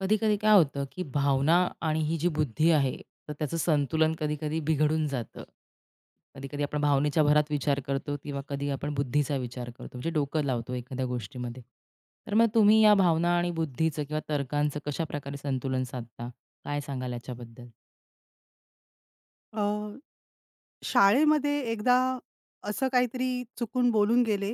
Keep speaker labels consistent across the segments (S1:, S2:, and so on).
S1: कधी-कधी काय होतं, की भावना आणि ही जी बुद्धी आहे, तर त्याचं संतुलन कधी-कधी बिघडून जातं. कधी-कधी आपण भावनेच्या भरात विचार करतो किंवा कधी आपण बुद्धीचा विचार करतो, म्हणजे डोकं लावतो एखाद्या गोष्टीमध्ये. तर मग तुम्ही या भावना आणि बुद्धीचं किंवा तर्कांचं कशाप्रकारे संतुलन साधता? काय सांगाल याच्याबद्दल?
S2: अ, शाळेमध्ये एकदा असं काहीतरी चुकून बोलून गेले.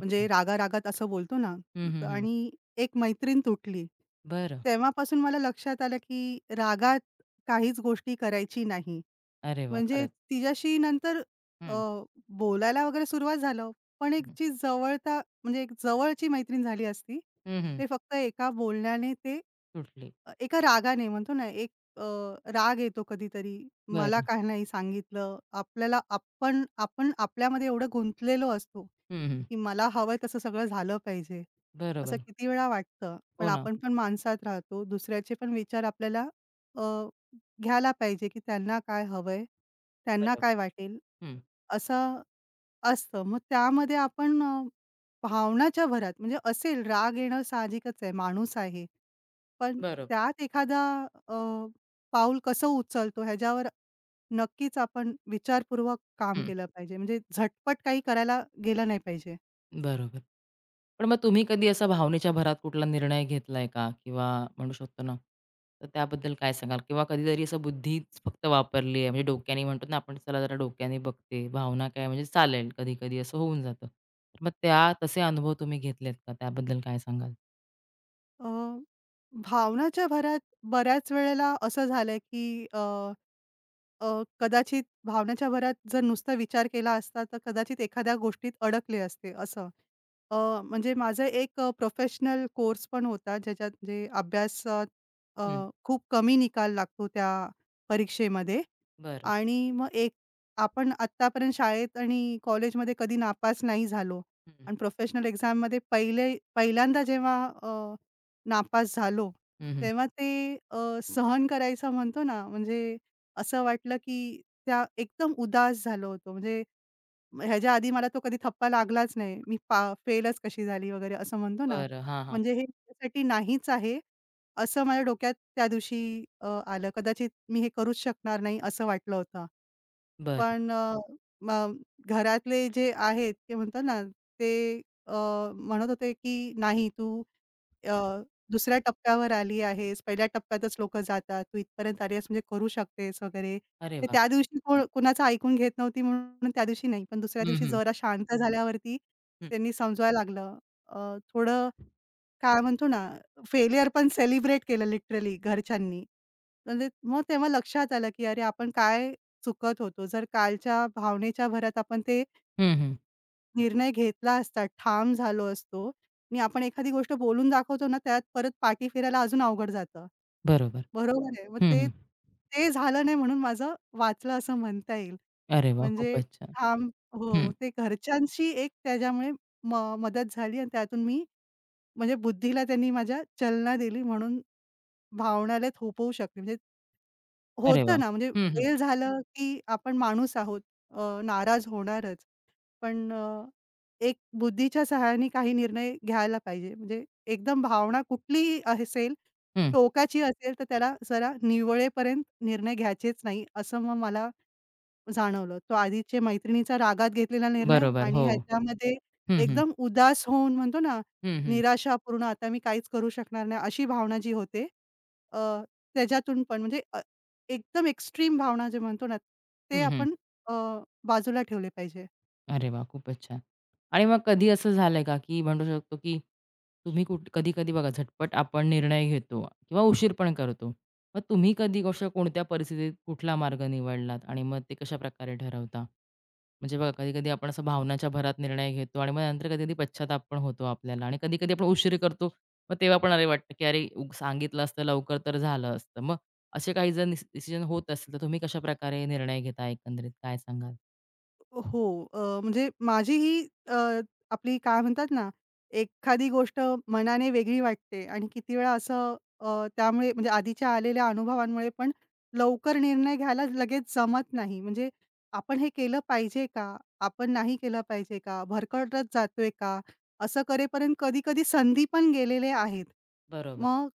S2: म्हणजे रागा-रागात असं बोलतो ना,
S1: हं, हं, हं.
S2: आणि एक मैत्रीण तुटली.
S1: बरं.
S2: तेव्हापासून मला लक्षात आलं, की रागात काहीच गोष्टी करायची नाही.
S1: अरे वाह!
S2: म्हणजे
S1: खरंच.
S2: तिच्याशी नंतर अ,
S1: हं,
S2: बोलायला वगैरे सुरुवात झालं, पण एक
S1: हं.
S2: जी जवळता म्हणजे एक जवळची मैत्रीण झाली असती,
S1: हं, हं.
S2: ते फक्त एका बोलण्याने ते,
S1: सुटली.
S2: एका रागाने म्हणतो ना, एक, अ, राग येतो कधीतरी. मला
S1: बरं.
S2: का नाही सांगितलं? आपल्याला आपण आपण आपल्यामध्ये एवढं गुंतलेलो असतो,
S1: हं, हं.
S2: की मला हवंय तसं सगळं झालं पाहिजे. असं
S1: बरोबर.
S2: किती वेळा वाटतं.
S1: हो
S2: पण
S1: ना.
S2: आपण पण माणसात राहतो. दुसऱ्याचे पण विचार आपल्याला अ, घ्यायला पाहिजे, की त्यांना काय हवंय? त्यांना
S1: बरोबर.
S2: काय वाटेल?
S1: हं.
S2: असं असतं. मग त्यामध्ये आपण भावनाच्या भरात म्हणजे असेल, राग येणं साहजिकच आहे, माणूस आहे. पण
S1: बरोबर.
S2: त्यात एखादा अ, पाऊल कसं उचलतो ह्याच्यावर नक्कीच आपण विचारपूर्वक काम
S1: हं.
S2: केलं पाहिजे. म्हणजे झटपट काही करायला गेलं नाही पाहिजे.
S1: बरोबर. पण मग तुम्ही कधी असा भावनेच्या भरात कुठला निर्णय घेतलाय का? किंवा म्हणू शकतो ना, तर त्याबद्दल काय सांगाल? किंवा कधीतरी असं बुद्धीच फक्त वापरली आहे, म्हणजे डोक्याने म्हणतो ना आपण, चला जरा डोक्याने बघते, भावना काय म्हणजे चालेल, कधी-कधी असं होऊन जातं. तर मग त्या तसे अनुभव तुम्ही घेतलेत का? त्याबद्दल काय सांगाल?
S2: अ, भावनाच्या भरात बऱ्याच वेळेला असं झालंय, की अ अ, कदाचित भावनेच्या भरात जर नुसता विचार केला असता, तर कदाचित एखाद्या गोष्टीत अडकले असते असं. अ, म्हणजे माझा एक प्रोफेशनल कोर्स पण होता, ज्याच्यात म्हणजे अभ्यासात अ,
S1: हं.
S2: खूप कमी निकाल लागतो त्या परीक्षेमध्ये.
S1: बरं.
S2: आणि मग एक, आपण आत्तापर्यंत शाळेत आणि कॉलेजमध्ये कधी नापास नाही झालो,
S1: हं.
S2: आणि प्रोफेशनल एक्झाममध्ये पहिले पहिल्यांदा जेव्हा नापास झालो,
S1: हं, हं.
S2: तेव्हा ते सहन करायचं म्हणतो ना, म्हणजे असं वाटलं की त्या एकदम उदास झालो होतो. म्हणजे ह्याच्या आधी मला तो कधी थप्पा लागलाच नाही. मी फेलच कशी झाली वगैरे असं म्हणतो ना.
S1: बरं. हां, हां.
S2: म्हणजे हे माझ्यासाठी नाहीच आहे, असं माझ्या डोक्यात त्या दिवशी आलं. कदाचित मी हे करूच शकणार नाही असं वाटलं होतं.
S1: बरं.
S2: पण, मग घरातले जे आहेत ते म्हणतात ना, ते अ, म्हणत होते की, "नाही, तू अ, दुसऱ्या टप्प्यावर आली आहेस. पहिल्या टप्प्यातच लोकं जातात. तू इथपर्यंत आली आहेस म्हणजे करू शकतेस वगैरे."
S1: अरे
S2: ते
S1: वाह!
S2: त्या दिवशी कोण कुणाचं ऐकून घेत नव्हती म्हणून त्या दिवशी नाही. पण दुसऱ्या
S1: हं,
S2: दिवशी
S1: हं.
S2: जरा शांत झाल्यावरती
S1: हं.
S2: त्यांनी समजवायला लागलं. अ, थोडं काय म्हणतो ना, फेल्युअर पण सेलिब्रेट केलं लिटरली घरच्यांनी. म्हणजे मग तेव्हा लक्षात आलं, की अरे आपण काय चुकत होतो. जर कालच्या भावनेच्या भरात आपण ते
S1: हं, हं.
S2: निर्णय घेतला असता, ठाम झालो असतो आणि आपण एखादी गोष्ट बोलून दाखवतो ना, त्यात परत पाठी फिरायला अजून अवघड जातं.
S1: बरोबर.
S2: बरोबर आहे. मग
S1: हं,
S2: ते
S1: हं.
S2: ते झालं नाही म्हणून माझं वाचलं असं म्हणता येईल.
S1: अरे वाह!
S2: म्हणजे
S1: खूपच छान.
S2: ठाम, हो,
S1: हं.
S2: ते घरच्यांशी एक त्याच्यामुळे मदत झाली आणि त्यातून मी म्हणजे बुद्धीला त्यांनी माझ्या चलना दिली म्हणून भावनाला थोपवू शकले. म्हणजे
S1: अरे वाह!
S2: होतं ना, म्हणजे
S1: हं, हं.
S2: फेल झालं, की आपण माणूस आहोत. नाराज होणारच. पण, एक बुद्धीच्या सहाय्याने काही निर्णय घ्यायला पाहिजे. म्हणजे एकदम भावना कुठलीही असेल,
S1: हं.
S2: टोकाची असेल, तर त्याला जरा निवळेपर्यंत निर्णय घ्यायचेच नाही, असं मग मला जाणवलं. तो आधीच्या मैत्रिणीचा रागात घेतलेला निर्णय
S1: बरोबर.
S2: आणि
S1: हो.
S2: ह्याच्यामध्ये
S1: हं, हं.
S2: एकदम उदास होऊन म्हणतो ना,
S1: हं, हं.
S2: निराशापूर्ण, आता मी काहीच करू शकणार नाही अशी भावना जी होते, अ, त्याच्यातून पण म्हणजे एकदम एक्स्ट्रीम भावना जे म्हणतो ना, ते
S1: हं, हं.
S2: आपण अ, बाजूला ठेवले पाहिजे.
S1: अरे वाह! खूपच छान. आणि मग कधी असं झालंय का, की म्हणू शकतो, की तुम्ही कधी-कधी बघा झटपट आपण निर्णय घेतो किंवा उशीर पण करतो. मग तुम्ही कधी कशा कोणत्या परिस्थितीत कुठला मार्ग निवडलात आणि मग ते कशाप्रकारे ठरवता? म्हणजे बघा कधी-कधी आपण असं भावनाच्या भरात निर्णय घेतो आणि मग नंतर कधी-कधी पश्चाताप पण होतो आपल्याला आणि कधी-कधी आपण उशीर करतो. मग तेव्हा पण अरे वाटतं, की अरे उग सांगितलं असतं लवकर तर झालं असतं. मग असे काही जर डिसिजन होत असतील, तर तुम्ही कशाप्रकारे निर्णय घेता एकंदरीत काय सांगाल?
S2: हो. म्हणजे माझी ही अ, आपली काय म्हणतात ना, एखादी गोष्ट मनाने वेगळी वाटते आणि किती वेळा असं, त्यामुळे म्हणजे आधीच्या आलेल्या अनुभवांमुळे पण लवकर निर्णय घ्यायला लगेच जमत नाही. म्हणजे आपण हे केलं पाहिजे का? आपण नाही केलं पाहिजे का? भरकटत जातोय का? असं करेपर्यंत कधी-कधी संधी पण गेलेले आहेत.
S1: बरोबर.
S2: मग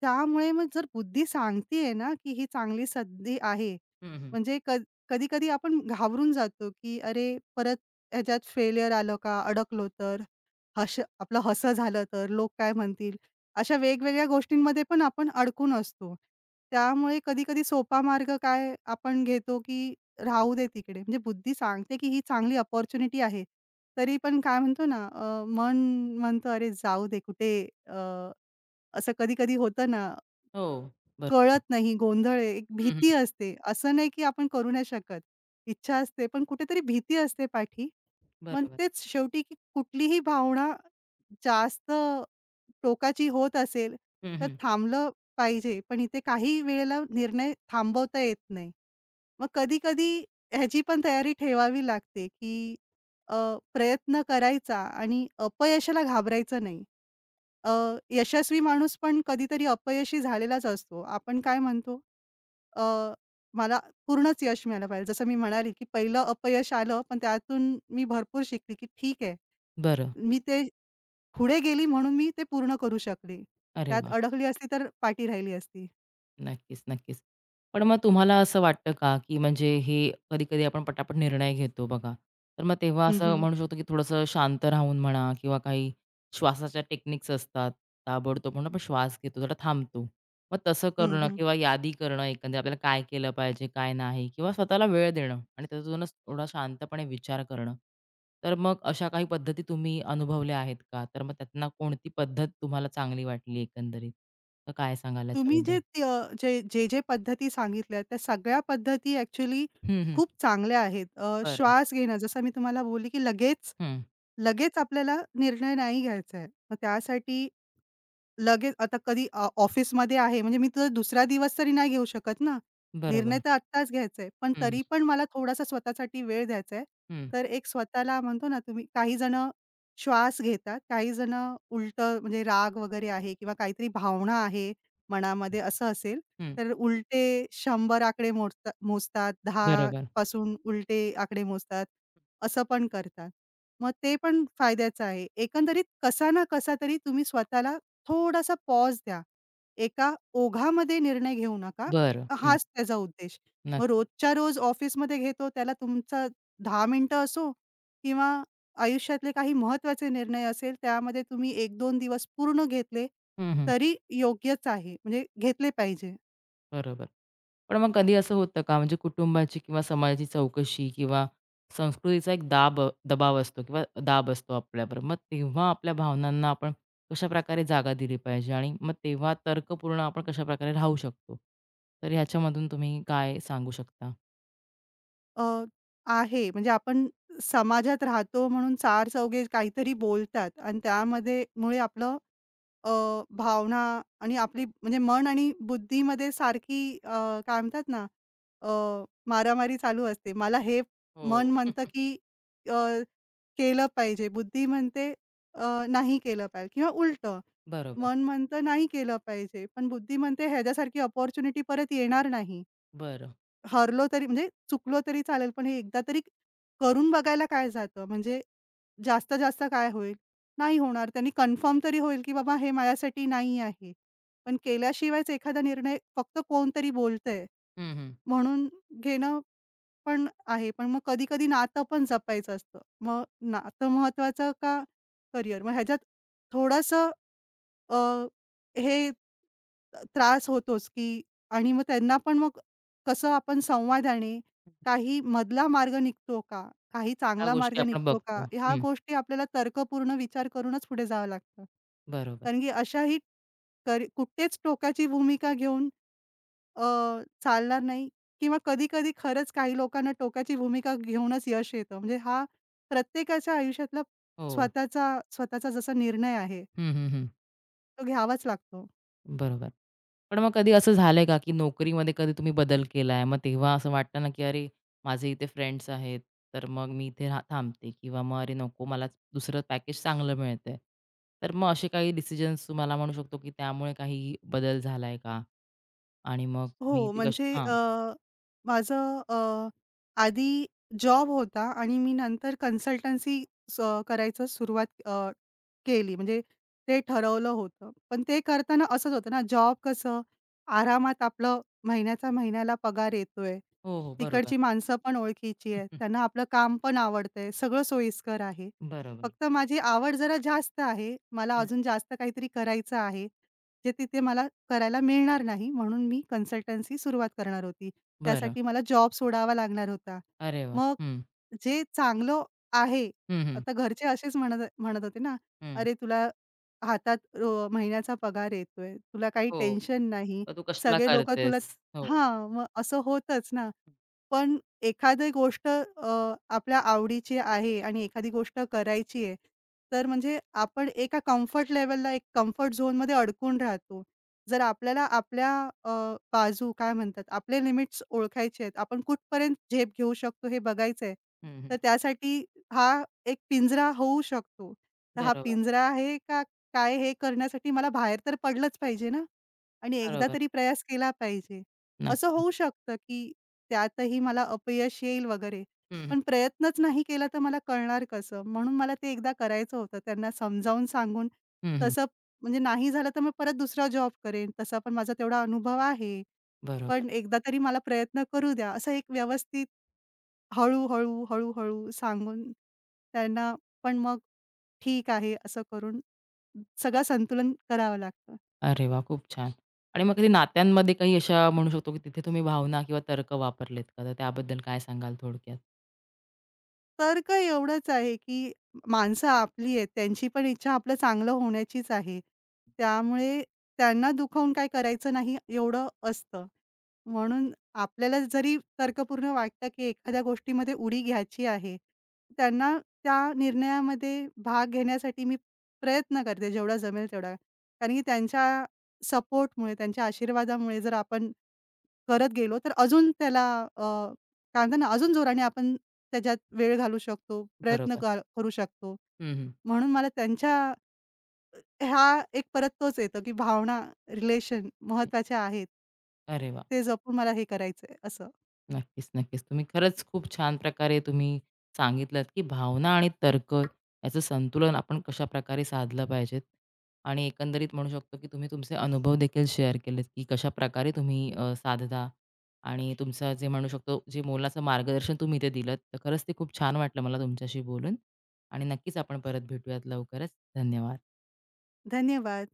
S2: त्यामुळे मग जर बुद्धी सांगतीये ना, की ही चांगली संधी आहे.
S1: हं, हं.
S2: म्हणजे कधी-कधी आपण घाबरून जातो, की अरे, परत ह्याच्यात फेलियर आलं का? अडकलो तर? हसं आपलं हसं झालं तर? लोक काय म्हणतील? अशा वेगवेगळ्या गोष्टींमध्ये पण आपण अडकून असतो. त्यामुळे कधी-कधी सोपा मार्ग काय आपण घेतो, की राहू दे तिकडे. म्हणजे बुद्धी सांगते, की ही चांगली अपॉर्च्युनिटी आहे. तरी पण काय म्हणतो ना, मन म्हणतं, "अरे, जाऊ दे कुठे." अ, असं कधी-कधी होतं ना,
S1: हो, बरोबर.
S2: कळत नाही, गोंधळ आहे, एक
S1: हं, हं.
S2: भीती असते. असं नाही की आपण करू नाही शकत. इच्छा असते, पण कुठेतरी भीती असते पाठी. मग
S1: बरोबर.
S2: तेच शेवटी, की कुठलीही भावना जास्त टोकाची होत असेल,
S1: हं,
S2: तर
S1: हं.
S2: थांबलं पाहिजे. पण इथे काही वेळेला निर्णय थांबवता येत नाही. मग कधी-कधी ह्याची पण तयारी ठेवावी लागते, की अ, प्रयत्न करायचा आणि अपयशाला घाबरायचं नाही. यशस्वी माणूस पण कधीतरी अपयशी झालेलाच असतो. आपण काय म्हणतो, अ, मला पूर्णच यश मिळालं पाहिजे. जसं मी म्हणाले, की पहिलं अपयश आलं, पण त्यातून मी भरपूर शिकली, की ठीक आहे.
S1: बरं.
S2: मी ते पुढे गेली म्हणून मी ते पूर्ण करू शकले.
S1: अरे,
S2: त्यात
S1: वाह!
S2: अडकली असती तर पाठी राहिली असती.
S1: नक्कीच, नक्कीच. पण मग तुम्हाला असं वाटतं का, की म्हणजे हे कधी-कधी आपण पटापट निर्णय घेतो बघा. तर मग तेव्हा
S2: हं,
S1: असं
S2: हं.
S1: म्हणू शकतो, की थोडंसं शांत राहून म्हणा किंवा काही श्वासाच्या टेक्निक्स असतात. ताबडतोब म्हणून आपण श्वास घेतो, जरा थांबतो. मग तसं
S2: हं,
S1: करणं
S2: हं.
S1: किंवा यादी करणं एकंदरीत आपल्याला काय केलं पाहिजे, काय नाही किंवा स्वतःला वेळ देणं आणि त्यातूनच थोडा शांतपणे विचार करणं. तर मग अशा काही पद्धती तुम्ही अनुभवल्या आहेत का? तर मग त्यातनं कोणती पद्धत तुम्हाला चांगली वाटली एकंदरीत? तर काय सांगाल
S2: तुम्ही
S1: याच्याबद्दल?
S2: जे त्य जे जे, जे पद्धती सांगितल्या त्या सगळ्या पद्धती ॲक्चुअली
S1: हं, हं.
S2: खूप चांगल्या आहेत.
S1: बरं.
S2: श्वास घेणं, जसं मी तुम्हाला बोलली, की लगेच
S1: हं.
S2: लगेच आपल्याला निर्णय नाही घ्यायचा आहे. मग त्यासाठी लगेच आता कधी ऑफिसमध्ये आहे म्हणजे मी तर दुसरा दिवस तरी नाही घेऊ शकत ना. निर्णय
S1: बरोबर.
S2: तर आत्ताच घ्यायचा आहे. पण
S1: हं, हं.
S2: तरी पण मला थोडासा स्वतःसाठी वेळ द्यायचा आहे.
S1: हं,
S2: तर एक स्वतःला म्हणतो ना, तुम्ही काही जणं श्वास घेतात, काही जणं उलटं म्हणजे राग वगैरे आहे किंवा काहीतरी भावना आहे मनामध्ये असं असेल,
S1: हं.
S2: तर उलटे 100 आकडे मोजतात, 10
S1: बरोबर.
S2: पासून उलटे आकडे मोजतात, असं पण करतात. मग ते पण फायद्याचं आहे. एकंदरीत कसा ना कसा तरी तुम्ही स्वतःला थोडासा पॉज द्या. एका ओघामध्ये निर्णय घेऊ नका.
S1: बरं. हं.
S2: हाच त्याचा उद्देश. मग
S1: नक्क
S2: रोजच्या रोज ऑफिसमध्ये घेतो त्याला, तुमचा 10 मिनिटं असो किंवा आयुष्यातले काही महत्वाचे निर्णय असेल त्यामध्ये तुम्ही एक दोन दिवस पूर्ण घेतले
S1: हं, हं.
S2: तरी योग्यच आहे. म्हणजे घेतले पाहिजे.
S1: बरोबर. पण मग कधी असं होतं का म्हणजे कुटुंबाची किंवा समाजाची चौकशी किंवा संस्कृतीचा एक दाब दबाव असतो किंवा दाब असतो आपल्यावर. मग तेव्हा आपल्या भावनांना आपण कशाप्रकारे जागा दिली पाहिजे आणि मग तेव्हा तर्कपूर्ण आपण कशाप्रकारे राहू शकतो? तर ह्याच्यामधून तुम्ही काय सांगू शकता?
S2: अ, आहे, म्हणजे आपण समाजात राहतो म्हणून चार चौघे काहीतरी बोलतात आणि त्यामध्ये मुळे आपलं, भावना आणि आपली, म्हणजे मन आणि बुद्धीमध्ये सारखी, काय म्हणतात ना, अ, मारामारी चालू असते. मला हे मन
S1: हो.
S2: म्हणतं, की अ, केलं पाहिजे. बुद्धी म्हणते नाही केलं पाहिजे, किंवा उलटं.
S1: बरोबर.
S2: मन म्हणतं नाही केलं पाहिजे. पण बुद्धी म्हणते ह्याच्यासारखी अपॉर्च्युनिटी परत येणार नाही.
S1: बरं.
S2: हरलो तरी, म्हणजे चुकलो तरी चालेल, पण हे एकदा तरी करून बघायला काय जातं? म्हणजे जास्तीत जास्त काय होईल? नाही होणार. त्यांनी कन्फर्म तरी होईल, की बाबा हे माझ्यासाठी नाही आहे. पण केल्याशिवायच एखादा निर्णय फक्त कोणतरी बोलतंय
S1: हं, हं.
S2: म्हणून घेणं पण आहे. पण मग कधी-कधी नातं पण जपायचं असतं. मग नातं महत्वाचं का करियर? मग ह्याच्यात थोडंसं अ, हे त्रास होतोच, की. आणि मग त्यांना पण मग कसं आपण संवादाने, काही मधला मार्ग निघतो का? काही
S1: ह्या
S2: चांगला मार्ग
S1: गोष्टी आपण
S2: निघतो का?
S1: बघतो.
S2: ह्या
S1: हं.
S2: गोष्टी आपल्याला तर्कपूर्ण विचार करूनच पुढे जावं लागतं.
S1: बरोबर.
S2: कारण की अशाही करी कुठेच टोकाची भूमिका घेऊन अ, चालणार नाही, किंवा कधी-कधी खरंच काही लोकांना टोकाची भूमिका घेऊनच यश येतं. म्हणजे हा प्रत्येकाच्या आयुष्यातला
S1: हो.
S2: स्वतःचा स्वतःचा जसा निर्णय आहे,
S1: हं, हं, हं.
S2: तो घ्यावाच लागतो.
S1: बरोबर. पण मग कधी असं झालंय का, की नोकरीमध्ये कधी तुम्ही बदल केलाय? मग तेव्हा असं वाटतं ना, की "अरे, माझे इथे फ्रेंड्स आहेत, तर मग मी इथे थांबते" किंवा मग "अरे नको, मला दुसरं पॅकेज चांगलं मिळतंय." तर मग असे काही डिसिजन्स तुम्हाला म्हणू शकतो, की त्यामुळे काही बदल झालाय का? आणि मग तुम्ही
S2: हो,
S1: ते कसे
S2: म्हणजे
S1: हां.
S2: माझं आधी जॉब होता आणि मी नंतर कन्सल्टन्सी स करायचं सुरुवात केली. म्हणजे ते ठरवलं होतं. पण ते करताना असंच होतं ना, जॉब कसं आरामात आपलं महिन्याचा महिन्याला पगार येतोय.
S1: हो, हो. बरोबर.
S2: तिकडची माणसं पण ओळखीची आहेत. त्यांना आपलं काम पण आवडतंय. सगळं सोयीस्कर आहे.
S1: हम्म, बरोबर.
S2: फक्त माझी आवड जरा जास्त आहे. मला
S1: हं.
S2: अजून जास्त काहीतरी करायचं आहे. जे तिथे मला करायला मिळणार नाही म्हणून मी कन्सल्टन्सी सुरुवात करणार होती.
S1: बरं.
S2: त्यासाठी मला जॉब सोडावा लागणार होता.
S1: अरे वाह!
S2: मग
S1: हं.
S2: जे चांगलं आहे.
S1: हं, हं.
S2: आता घरचे असेच म्हणत म्हणत होते ना,
S1: हं.
S2: "अरे, तुला हातात महिन्याचा पगार येतोय. तुला काही
S1: हो.
S2: टेन्शन नाही.
S1: मग तू कशाला
S2: सगळे लोकं तुला."
S1: करतेस? हो.
S2: हां, मग असं होतंच ना. पण एखादी गोष्ट आपल्या आवडीची आहे आणि एखादी गोष्ट करायची आहे, तर म्हणजे आपण एका कम्फर्ट लेव्हलला, एक कम्फर्ट झोनमध्ये अडकून राहतो. जर आपल्याला आपल्या बाजू काय म्हणतात, आपले लिमिट्स ओळखायचे आहेत. आपण कुठपर्यंत झेप घेऊ शकतो हे बघायचं,
S1: हं, हं.
S2: तर त्यासाठी हा एक पिंजरा होऊ शकतो. तर हा
S1: बरोबर.
S2: पिंजरा आहे का काय? हे करण्यासाठी मला बाहेर तर पडलंच पाहिजे ना, आणि एकदा
S1: बरोबर.
S2: तरी प्रयास केला पाहिजे. असं
S1: नक्कीच.
S2: होऊ शकतं, की त्यातही मला अपयश येईल वगैरे.
S1: हं, हं.
S2: पण प्रयत्नच नाही केला तर मला कळणार कसं? म्हणून मला ते एकदा करायचं होतं. त्यांना समजावून सांगून,
S1: हं, हं.
S2: तसं म्हणजे नाही झालं तर मग परत दुसरा जॉब करेन. तसा पण माझा तेवढा अनुभव आहे.
S1: बरोबर.
S2: पण एकदा तरी मला प्रयत्न करू द्या. असं एक व्यवस्थित हळू-हळू, हळू-हळू सांगून, त्यांना पण मग ठीक आहे असं करून सगळं संतुलन करावं लागतं.
S1: अरे वाह! खूप छान. आणि मग कधी नात्यांमध्ये काही अशा म्हणू शकतो, की तिथे तुम्ही भावना किंवा तर्क वापरलेत का? तर त्याबद्दल काय सांगाल थोडक्यात?
S2: तर्क एवढंच आहे, की माणसं आपली आहेत. त्यांची पण इच्छा आपलं चांगलं होण्याचीच आहे. त्यामुळे त्यांना दुखावून काय करायचं नाही एवढं असतं. म्हणून आपल्याला जरी तर्कपूर्ण वाटतं, की एखाद्या गोष्टीमध्ये उडी घ्यायची आहे, त्यांना त्या निर्णयामध्ये भाग घेण्यासाठी मी प्रयत्न करते जेवढा जमेल तेवढा. कारण की त्यांच्या सपोर्टमुळे, त्यांच्या आशीर्वादामुळे जर आपण करत गेलो, तर अजून त्याला अ, काय म्हणतात ना, अजून जोराने आपण त्याच्यात वेळ घालू शकतो, प्रयत्न
S1: बरोबर.
S2: करू शकतो.
S1: हं, हं.
S2: म्हणून मला त्यांच्या ह्या एक परत तोच येतो, की भावना, रिलेशन
S1: हं.
S2: महत्त्वाच्या आहेत.
S1: अरे वा
S2: ते जपून मला हे करायचंय असं.
S1: नक्कीच, नक्कीच. तुम्ही खरंच खूप छान प्रकारे तुम्ही सांगितलत, की भावना आणि तर्क याचं संतुलन आपण कशाप्रकारे साधलं पाहिजेत. आणि एकंदरीत म्हणू शकतो, की तुम्ही तुमचे अनुभव देखील शेअर केलेत, की कशाप्रकारे तुम्ही साधता आणि तुमचं जे म्हणू शकतो, जे मोलाचं मार्गदर्शन तुम्ही इथे दिलंत. तर खरंच ते खूप छान वाटलं मला तुमच्याशी बोलून आणि नक्कीच आपण परत भेटूयात लवकरच. धन्यवाद.
S2: धन्यवाद.